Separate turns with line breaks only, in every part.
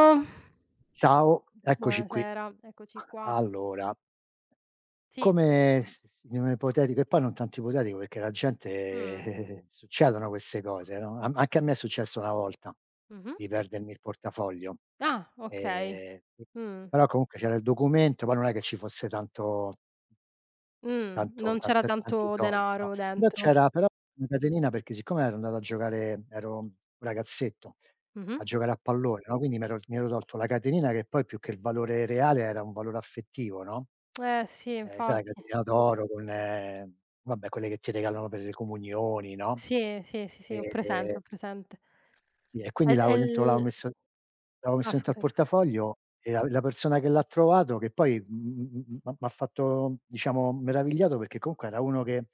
Oh,
Ciao, eccoci qui.
buonasera, eccoci qua.
Allora,
Sì,
come s s in un ipotetico e poi non tanto ipotetico perché la gente
mh,
succedono queste cose, no, a anche a me è successo una volta
mh-mh.
di perdermi il portafoglio.
Ah, okay.
ehm,
Mh,
Però comunque c'era il documento, poi non è che ci fosse tanto Tanto
non
ta
c'era
ta tanti
tanto
soldi, no.
denaro
Però
dentro.
c'era però una catenina, perché siccome ero andato a giocare, ero un ragazzetto,
Mh-mh.
a giocare a pallone, no, quindi m'ero mi ero tolto la catenina che poi, più che il valore reale, era un valore affettivo, no.
Eh sì,
Sai, la
infatti.
catenina d'oro con vabbè, quelle che ti regalano per le comunioni, no.
Sì, sì, sì, sì, ho
Ehm
presente, ho presente.
sì, e quindi
Ed e
l'avevo
l
dentro, l'avevo messo
ah
dentro al
scusami, scusa.
portafoglio, e la persona che l'ha trovato, che poi, mhmm, mhmm, mhmm, m'ha m'ha fatto, diciamo, meravigliato, perché comunque era uno che,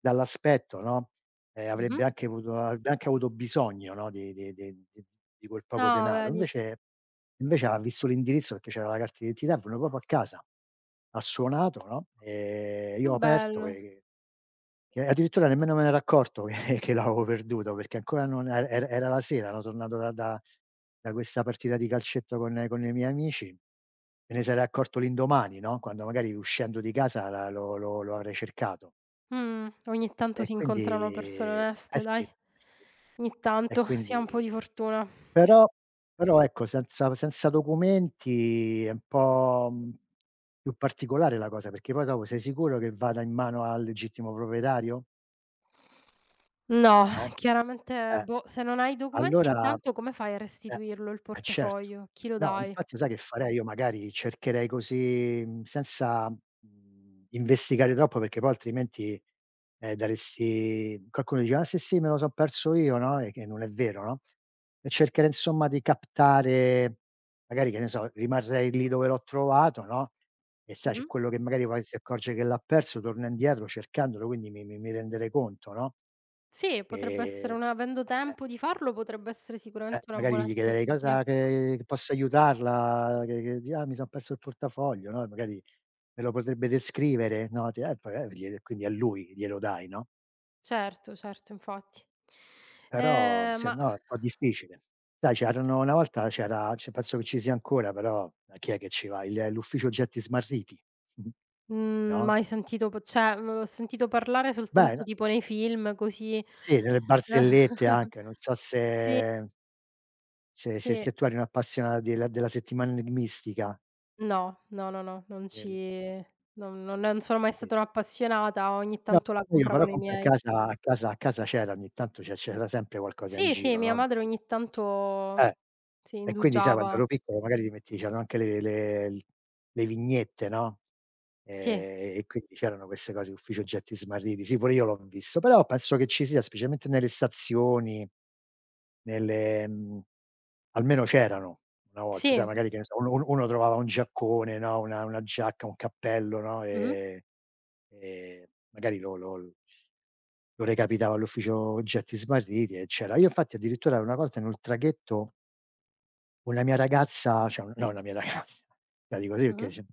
dall'aspetto, no,
Mh-mh.
avrebbe anche avuto bisogno, no, di quel poco
Ah
denaro.
vedi,
Invece ha visto l'indirizzo, perché c'era la carta d'identità, è venuto proprio a casa. Ha suonato, no,
che
io ho aperto
bello.
e addirittura nemmeno me n'ero accorto che l'avevo perduto, perché ancora non era la sera, ero tornato da questa partita di calcetto con i miei amici. Me ne sarei accorto l'indomani, no, quando magari, uscendo di casa, la lo lo lo avrei cercato.
Ogni tanto
E
si
quindi
incontrano persone
eh
oneste
sì,
dai.
eh sì.
Ogni
E
tanto si ha un po'
quindi,
di fortuna.
però ecco, senza documenti è un po', più particolare la cosa, perché poi dopo sei sicuro che vada in mano al legittimo proprietario?
No,
No?
chiaramente,
Eh,
boh, se non hai i documenti
allora.
intanto come fai a
Eh,
restituirlo il
certo.
portafoglio? A chi lo
No,
dai?
infatti, sai che farei io? Magari cercherei così, senza, investigare troppo, perché poi altrimenti, daresti, qualcuno dice: "Ah sì, sì, me lo son perso io", no, e che non è vero, no, e cercherei insomma di captare. Magari, che ne so, rimarrei lì dove l'ho trovato, no, e sai
Mh-mh.
c'è quello che magari poi si accorge che l'ha perso, torna indietro cercandolo, quindi mi renderei conto, no,
Sì, potrebbe
che.
essere una avendo
Eh,
tempo di farlo, potrebbe essere sicuramente una
Magari
buona
gli chiederei
strategia.
cosa che possa aiutarla, che di "Ah, mi son perso il portafoglio", no, e magari me lo potrebbe descrivere, no, ti poi gliel quindi a lui glielo dai, no,
Certo, certo, infatti.
però
Ehm,
se
ma
no è un po' difficile. Sai, c'erano una volta, c'era c penso che ci sia ancora, però a chi è che ci va, il l'ufficio oggetti smarriti. Mh-mh.
mhmm,
No?
mai sentito p cioè, mhmm, ho sentito parlare
Beh,
soltanto
no
tipo nei film così.
sì, delle barzellette anche, non so
Sì,
se
sì.
tu eri un'appassionata della settimana enigmistica
No, no, no, no, non
del.
ci non
ehm,
sono mai
sì.
stata un'appassionata, ogni
No,
tanto la
io però
compravano i
comunque a
miei.
casa, c'era ogni tanto, c'era sempre qualcosa in
Sì, sì,
giro,
mia
no,
madre
di.
ogni tanto
eh.
si
E quindi, sai, quando
indugiava.
ero piccolo magari ti metti, c'erano anche le vignette, no,
Sì,
e quindi c'erano queste cose, Ufficio oggetti smarriti. Sì, pure io l'ho visto, però penso che ci sia, specialmente nelle stazioni, nelle, almeno c'erano una volta, sai,
sì.
magari, che ne so, uno trovava un giaccone, no, una giacca, un cappello, no,
Mh-mh,
ehm, magari lo recapitava all'Ufficio oggetti smarriti, e c'era, io infatti addirittura una volta in un traghetto, una mia ragazza, cioè un no una mia ragazza, la dico così
mh-mh,
perché ce,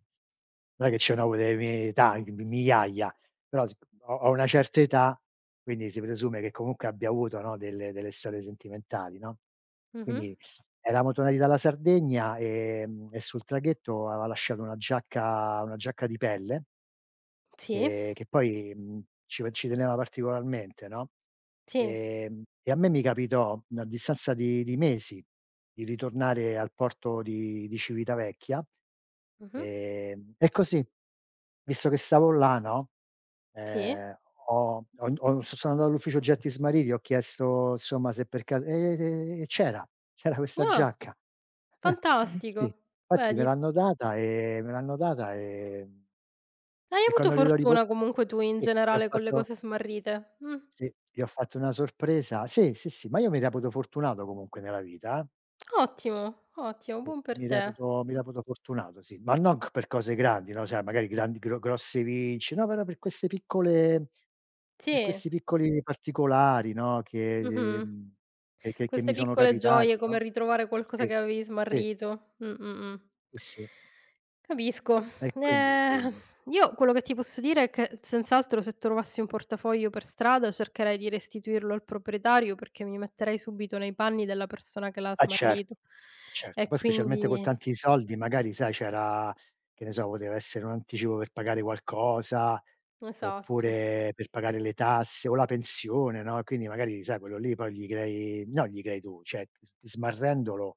non è che ce n'ho avuto delle mie età migliaia, però sic, ho una certa età, quindi si presume che comunque abbia avuto, no, delle storie sentimentali, no,
mh-mh.
quindi eravamo tornati dalla Sardegna, e sul traghetto aveva lasciato una giacca, una giacca di pelle
Sì,
che, poi, ci teneva particolarmente, no,
sì,
e a me mi capitò, a distanza di mesi, di ritornare al porto di Civitavecchia,
mh-mh,
e così, visto che stavo là, no,
sì.
ehm, ho ho ho so sono andato all'ufficio Getti Smariti, ho chiesto insomma se per, ca c'era, c'era questa
Ah,
giacca.
fantastico,
Sì, infatti me
vedi.
l'hanno data,
Hai
e
avuto
quando gliel'ho, ripor
fortuna comunque tu in
sì, gli ho
generale con le
fatto,
cose smarrite.
sì, gli ho fatto una sorpresa, sì, sì, sì, ma io mi reputo fortunato comunque nella vita, eh.
Ottimo, ottimo,
Sì,
buon per te.
mi reputo fortunato, sì, ma non c per cose grandi, no, cioè magari grandi, grosse vinci no, però per queste piccole, per
Sì,
questi piccoli particolari, no, che,
mh-mh.
ehm, che
Queste
mi sono
piccole gioie,
capitati,
come
no?
ritrovare qualcosa
Sì,
che avevi
sì,
smarrito.
sì, sì.
Capisco.
E quindi,
Ehm,
ehm.
io quello che ti posso dire è che senz'altro se trovassi un portafoglio per strada cercherei di restituirlo al proprietario, perché mi metterei subito nei panni della persona che l'ha
Eh,
smarrito
certo, eh certo.
e
Poi, specialmente con
quindi
tanti soldi, magari sai c'era, che ne so, poteva essere un anticipo per pagare qualcosa,
esatto.
oppure per pagare le tasse o la pensione, no, e quindi magari, sai quello lì, poi gli crei, no, gli crei tu, cioè smarrendolo,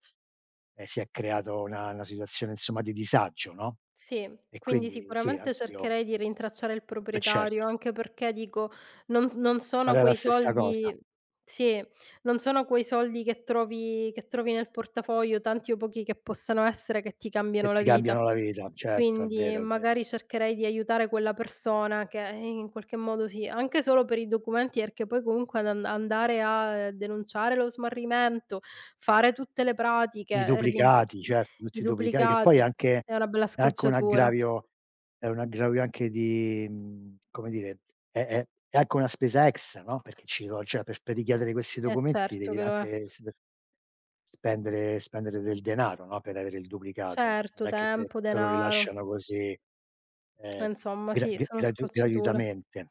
si è creato una situazione insomma di disagio, no,
Sì,
e
quindi
quindi sì,
sicuramente
anch'io,
cercherei di rintracciare il
eh
proprietario,
certo,
anche perché dico non sono
farei la
quei
stessa cosa,
soldi sì, non sono quei soldi che trovi nel portafoglio, tanti o pochi che possano essere, che ti
che
cambiano la
ti
vita.
cambiano la vita, certo, è
Quindi
vero, è ve.
magari cercherei di aiutare quella persona che, in qualche modo sì, anche solo per i documenti, perché poi comunque ad an andare a denunciare lo smarrimento, fare tutte le
I
pratiche, ri
duplicati, certo,
i
tutti i duplicati, che poi è
duplicati,
anche,
è una bella
è anche un
scocciatura.
aggravio è un aggravio anche di, come dire, è anche una spesa extra, no, perché ci vo, cioè per richiedere questi
Eh
documenti
certo
devi
che lo è.
anche s, spendere del denaro, no, per avere il duplicato.
Certo,
Non è che te
tempo,
lo
denaro.
rilasciano così, ehm,
Insomma
gra
sì,
gr
sono
gratu
scocciature.
gratuitamente.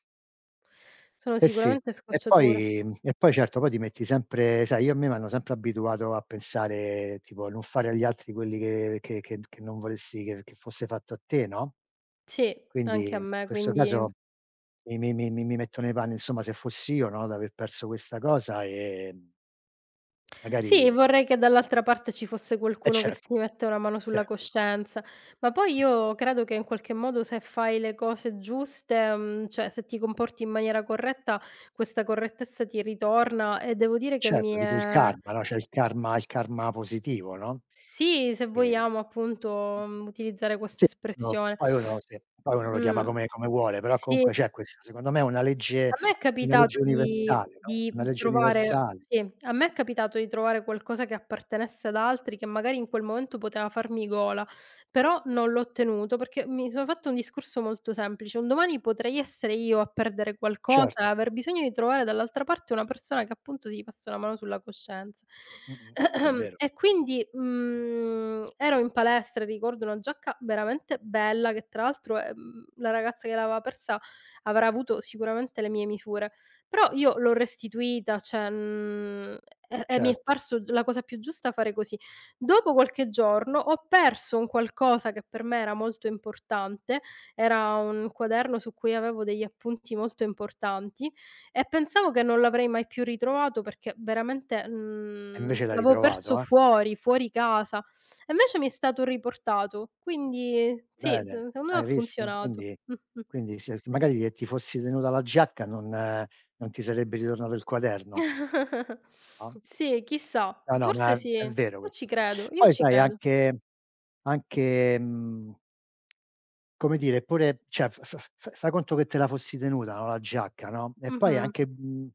Sono
Eh sì,
sicuramente
e
scocciature.
poi, certo, poi ti metti sempre, sai, io, a me m'hanno sempre abituato a pensare, tipo, a non fare agli altri quelli che non volessi che fosse fatto a te, no,
Sì, anche
quindi
a
in
me,
questo
quindi
caso mi metto nei panni, insomma se fossi io, no, ad aver perso questa cosa,
sì,
magari,
vorrei che dall'altra parte ci fosse
eh
qualcuno che si
certo,
mette una mano sulla
certo.
coscienza. Ma poi
Mh-mh.
io credo che in qualche modo se fai le cose giuste, mhmm, cioè se ti comporti in maniera corretta, questa correttezza ti ritorna e devo dire che mi
Certo, tipo il
è
karma, no, c'è il karma, il karma positivo, no?
sì, se
Che
vogliamo appunto, mhmm, utilizzare questa
sì, no,
espressione.
poi uno sì, poi uno lo chiama
Mh.
come come vuole, però
Sì,
comunque c'è, questa secondo me è una
a
legge,
me è
una
capitato
legge
di
universale, no,
di
una legge
trovare
universale.
sì, a me è capitato di trovare qualcosa che appartenesse ad altri, che magari in quel momento poteva farmi gola, però non l'ho ottenuto perché mi sono fatta un discorso molto semplice: un domani potrei essere io a perdere qualcosa e
Certo,
aver bisogno di trovare dall'altra parte una persona che appunto si passa una mano sulla coscienza.
mh-mh, è vero,
E quindi, mhmm, ero in palestra e ricordo una giacca veramente bella che tra l'altro, la ragazza che l'aveva persa avrà avuto sicuramente le mie misure. Però io l'ho restituita, cioè, mhmm, e mi è
certo.
parso la cosa più giusta fare così. Dopo qualche giorno ho perso un qualcosa che per me era molto importante, era un quaderno su cui avevo degli appunti molto importanti e pensavo che non l'avrei mai più ritrovato perché veramente,
E
mhmm,
invece l'hai
l'avevo perso
ritrovato, eh.
fuori, fuori casa. E invece mi è stato riportato. Quindi sì, se
Bene,
secondo me ha
hai visto?
funzionato.
Quindi,
Mh-mh.
quindi se magari se ti fossi tenuta la giacca, non non ti sarebbe ritornato il quaderno, no?
Sì, chissà,
No, no, ma
forse sì.
è vero
Io ci
questo qui.
credo, io
Poi
ci
sai
credo.
anche, anche, come dire, pure cioè f f f fai conto che te la fossi tenuta, no, la giacca, no, e poi
Mh-mh.
anche,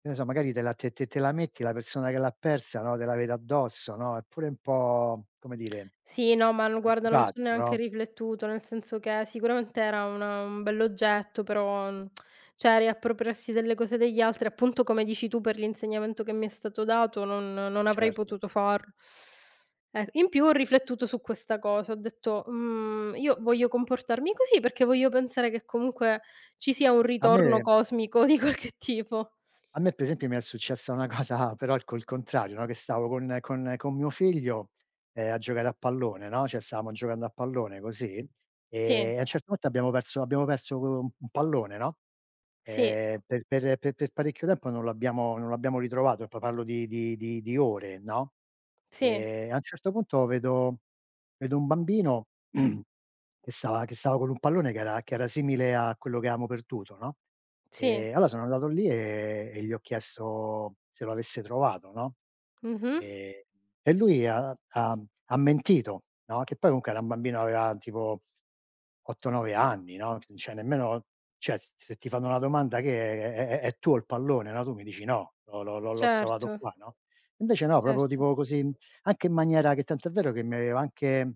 che ne so, magari te la te te te la metti, la persona che l'ha persa, no, te la vede addosso, no, è pure un po', come dire,
Sì, no, ma n guarda non c'ho
antipatico,
neanche
no,
riflettuto, nel senso che sicuramente era una un bell'oggetto, però, mhmm, cioè riappropriarsi delle cose degli altri, appunto come dici tu per l'insegnamento che mi è stato dato, non avrei
certo.
potuto farlo. Ec in più ho riflettuto su questa cosa, ho detto: "Mhmm, io voglio comportarmi così perché voglio pensare che comunque ci sia un
A me,
ritorno cosmico di qualche tipo".
per esempio mi è successa una cosa però al col contrario, no, che stavo con mio figlio, a giocare a pallone, no, cioè stavamo giocando a pallone così.
Sì,
A un certo punto abbiamo perso, un pallone, no,
sì,
per parecchio tempo non l'abbiamo, ritrovato, e poi parlo di ore, no,
sì,
a un certo punto vedo, un bambino che stava, con un pallone che era, simile a quello che avevamo perduto, no,
sì.
allora sono andato lì e gli ho chiesto se lo avesse trovato, no?
Mh-mh.
Ehm, e lui ha mentito, no, che poi comunque era un bambino, aveva tipo 8, 9 anni, no, cioè nemmeno, cioè s, se ti fanno una domanda che è tuo il pallone, no, tu mi dici: "No, l'ho trovato
Certo,
qua", no, invece no, proprio
certo.
tipo così, anche in maniera, che tanto è vero che mi aveva anche,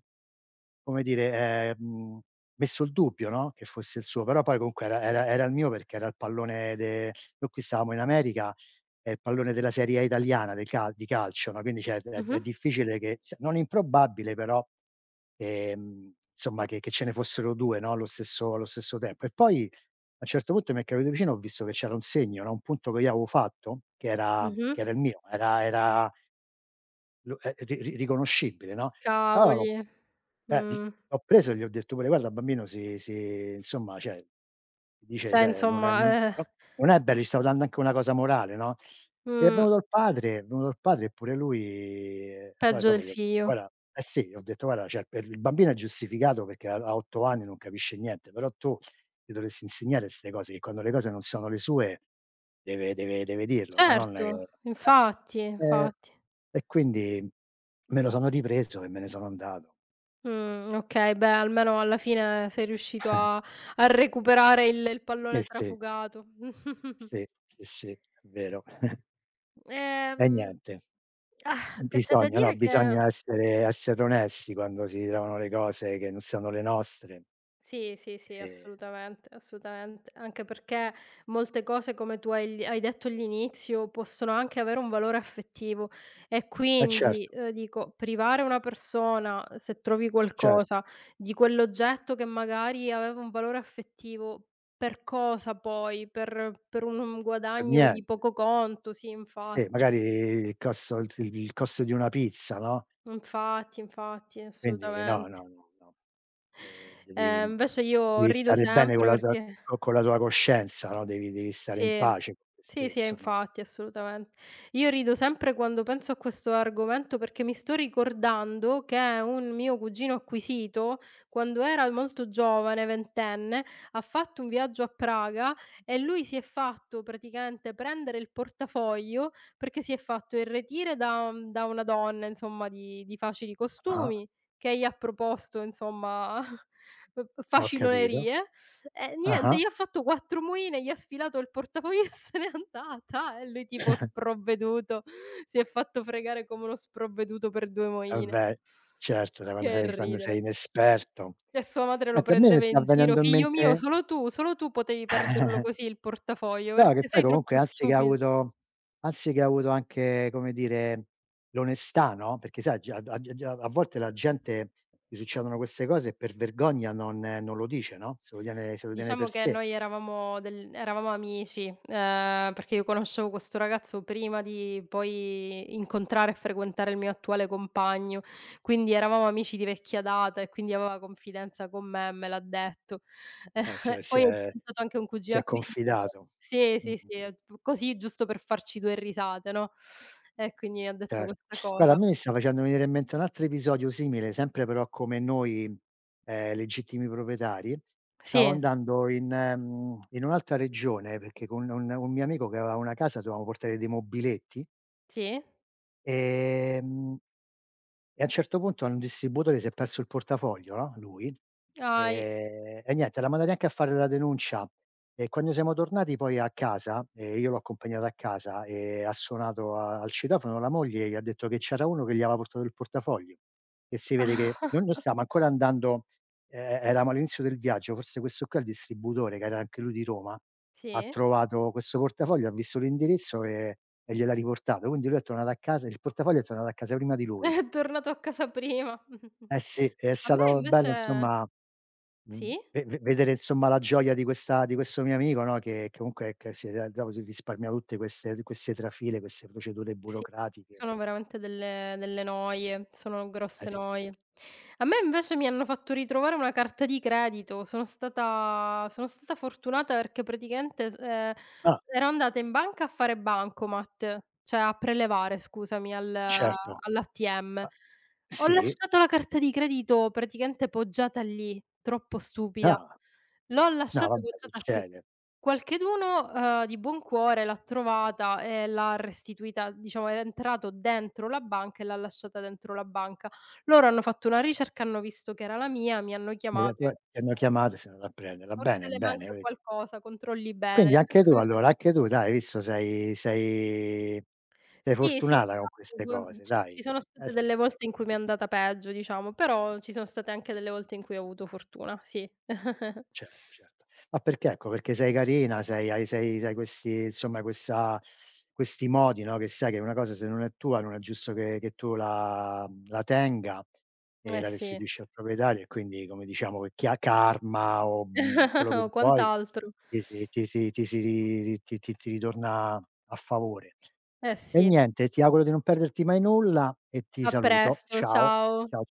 come dire, ehm, messo il dubbio, no, che fosse il suo, però poi comunque era il mio, perché era il pallone de, noi qui stavamo in America, è il pallone della Serie A italiana del cal di calcio, no, quindi cioè
Mh-mh,
è difficile che, cioè non improbabile però, insomma che ce ne fossero 2, no, allo stesso, allo stesso tempo. E poi a un certo punto mi è capitato vicino, ho visto che c'era un segno, no, un punto che io avevo fatto, che era,
mh-mh.
che era il mio, era era lo è ri ri riconoscibile, no, allora
Cavoli.
eh, gl
Mh.
l'ho preso e gli ho detto pure: "Guarda, bambino, insomma, cioè", dice,
Cioè
cioè non è non
insomma, eh.
no non è bello, gli stavo dando anche una cosa morale, no,
Mh.
è venuto il padre, e pure lui, allora
Peggio del
dopo gli ho detto:
figlio.
"Guarda", eh sì, gli ho detto: "Guarda, cioè per il bambino è giustificato, perché a 8 anni non capisce niente, però tu gli dovresti insegnare 'ste cose, che quando le cose non sono le sue deve dirlo, no, non è che".
Certo, infatti,
Eh.
infatti.
E quindi me lo sono ripreso e me ne sono andato. Così.
Okay, beh almeno alla fine sei riuscito a a recuperare il
Eh
pallone
sì,
trafugato.
sì, sì, sì, è vero. E
Ehm,
niente,
ah, c'è da
bisogna no,
dire che
bisogna essere onesti quando si trovano le cose che non sono le nostre.
sì, sì, sì,
Ehm,
assolutamente, assolutamente. Anche perché molte cose, come tu hai detto all'inizio, possono anche avere un valore affettivo e
eh
quindi,
certo,
dico, privare una persona, se trovi
certo,
qualcosa, di quell'oggetto che magari aveva un valore affettivo, per cosa poi? Per un
per
guadagno di
niente.
poco conto, sì,
Sì,
infatti.
magari il costo il il costo di una pizza, no?
Infatti, infatti,
Quindi no,
assolutamente.
no, no, no. Ehm, devi
Invece io
devi
rido
stare bene con
sempre
la tua,
perché
co con la tua coscienza, no, devi stare in
sì.
pace con te
Sì, sì, e
stesso, no.
infatti, assolutamente. Io rido sempre quando penso a questo argomento perché mi sto ricordando che un mio cugino acquisito, quando era molto giovane, ventenne, ha fatto un viaggio a Praga e lui si è fatto praticamente prendere il portafoglio perché si è fatto irretire da mhmm, da una donna, insomma, di facili
Ah-ah,
costumi, che gli ha proposto, insomma, f
ho capito.
facilonerie niente,
Ah-ah.
gli ha fatto 4 moine, gli ha sfilato il portafoglio e se n'è andata. E lui tipo sprovveduto, si è fatto fregare come uno sprovveduto per 2
Eh
moine.
beh, certo, da
Che
quando sei
ridere.
inesperto.
E sua madre lo
Senti, a me mi
prendeva
sta
in giro:
venendo in
"Figlio mio,
mente.
solo tu potevi perderlo così il portafoglio,
No, che
perché
poi
sei troppo
comunque Ansich ha
stupido".
avuto, anche, come dire, l'onestà, no, perché sai, già a volte, la gente gli succedono queste cose, e per vergogna non lo dice, no, se lo tiene
Diciamo
per
che
sé.
noi eravamo del eravamo amici, perché io conoscevo questo ragazzo prima di poi incontrare e frequentare il mio attuale compagno, quindi eravamo amici di vecchia data e quindi aveva confidenza con me e me l'ha detto.
Ah,
Poi è diventato anche un cugino
si è
acquisito però
confidato.
sì, sì, sì,
Mh-mh.
così giusto per farci 2 risate, no, e quindi ha detto
Certo.
questa cosa.
Guarda, a me mi sta facendo venire in mente un altro episodio simile, sempre però come noi, legittimi proprietari. Stavo
Sì,
andando in, in un'altra regione, perché con un mio amico che aveva una casa dovevamo portare dei mobiletti,
sì.
ehm e a un certo punto, a un distributore, si è perso il portafoglio, no, lui,
Hai
e niente, l'ha mandati anche a fare la denuncia, e quando siamo tornati poi a casa, io l'ho accompagnato a casa, ha suonato a al citofono, la moglie, e gli ha detto che c'era uno che gli aveva portato il portafoglio. E si vede che noi non stavamo ancora andando, e eravamo all'inizio del viaggio, forse questo qua, il distributore, che era anche lui di Roma, ha
sì?
trovato questo portafoglio, ha visto l'indirizzo, e gliel'ha riportato. Quindi lui è tornato a casa, il portafoglio è tornato a casa prima di lui.
È tornato a casa prima.
Eh sì, è
A me
stato bello
invece
insomma,
sì,
ve ve vedere insomma la gioia di questa, di questo mio amico, no, che comunque che si era, dopo si risparmia tutte queste, di queste trafile, queste procedure
sì,
burocratiche.
sono veramente delle noie, sono
Eh
grosse
sì.
noie. A me invece mi hanno fatto ritrovare una carta di credito, sono stata fortunata perché praticamente s
Ah,
ero andata in banca a fare bancomat, cioè a prelevare scusami al
certo.
all'ATM.
Ah,
Ho
sì.
lasciato la carta di credito praticamente poggiata lì, troppo stupida.
Ah,
L'ho
no,
lasciata
vabbè,
poggiata qui.
succede.
Qualcheduno, di buon cuore l'ha trovata e l'ha restituita diciamo era entrato dentro la banca e l'ha lasciata dentro la banca. Loro hanno fatto una ricerca, hanno visto che era la mia, mi hanno
Nella
chiamato
tua
e
ti hanno chiamato e sei andato a prenderla.
forse
Bene,
le
bene,
manca
vedi.
qualcosa, controlli
Quindi
bene.
anche tu allora, anche tu, dai, hai visto, sei
Sì, sì,
fortunata con queste
esatto,
cose,
ci
dai.
sono
Eh
state delle
sì.
volte in cui mi è andata peggio diciamo, però ci sono state anche delle volte in cui ho avuto fortuna, sì.
Certo, certo. Ma perché ecco, perché sei carina, sei hai questi, insomma, questa questi modi, no, che sai che una cosa, se non è tua non è giusto che tu la, la tenga, e
Eh
la
sì,
restituisci al proprietario, e quindi come diciamo, che chi ha karma o, quello che vuoi,
quant'altro.
ti si ti si ti si ri ri ti ti ti ritorna a favore.
Eh
E
sì.
niente, ti auguro di non perderti mai nulla e ti
A
saluto.
presto,
Ciao.
ciao.
Ciao.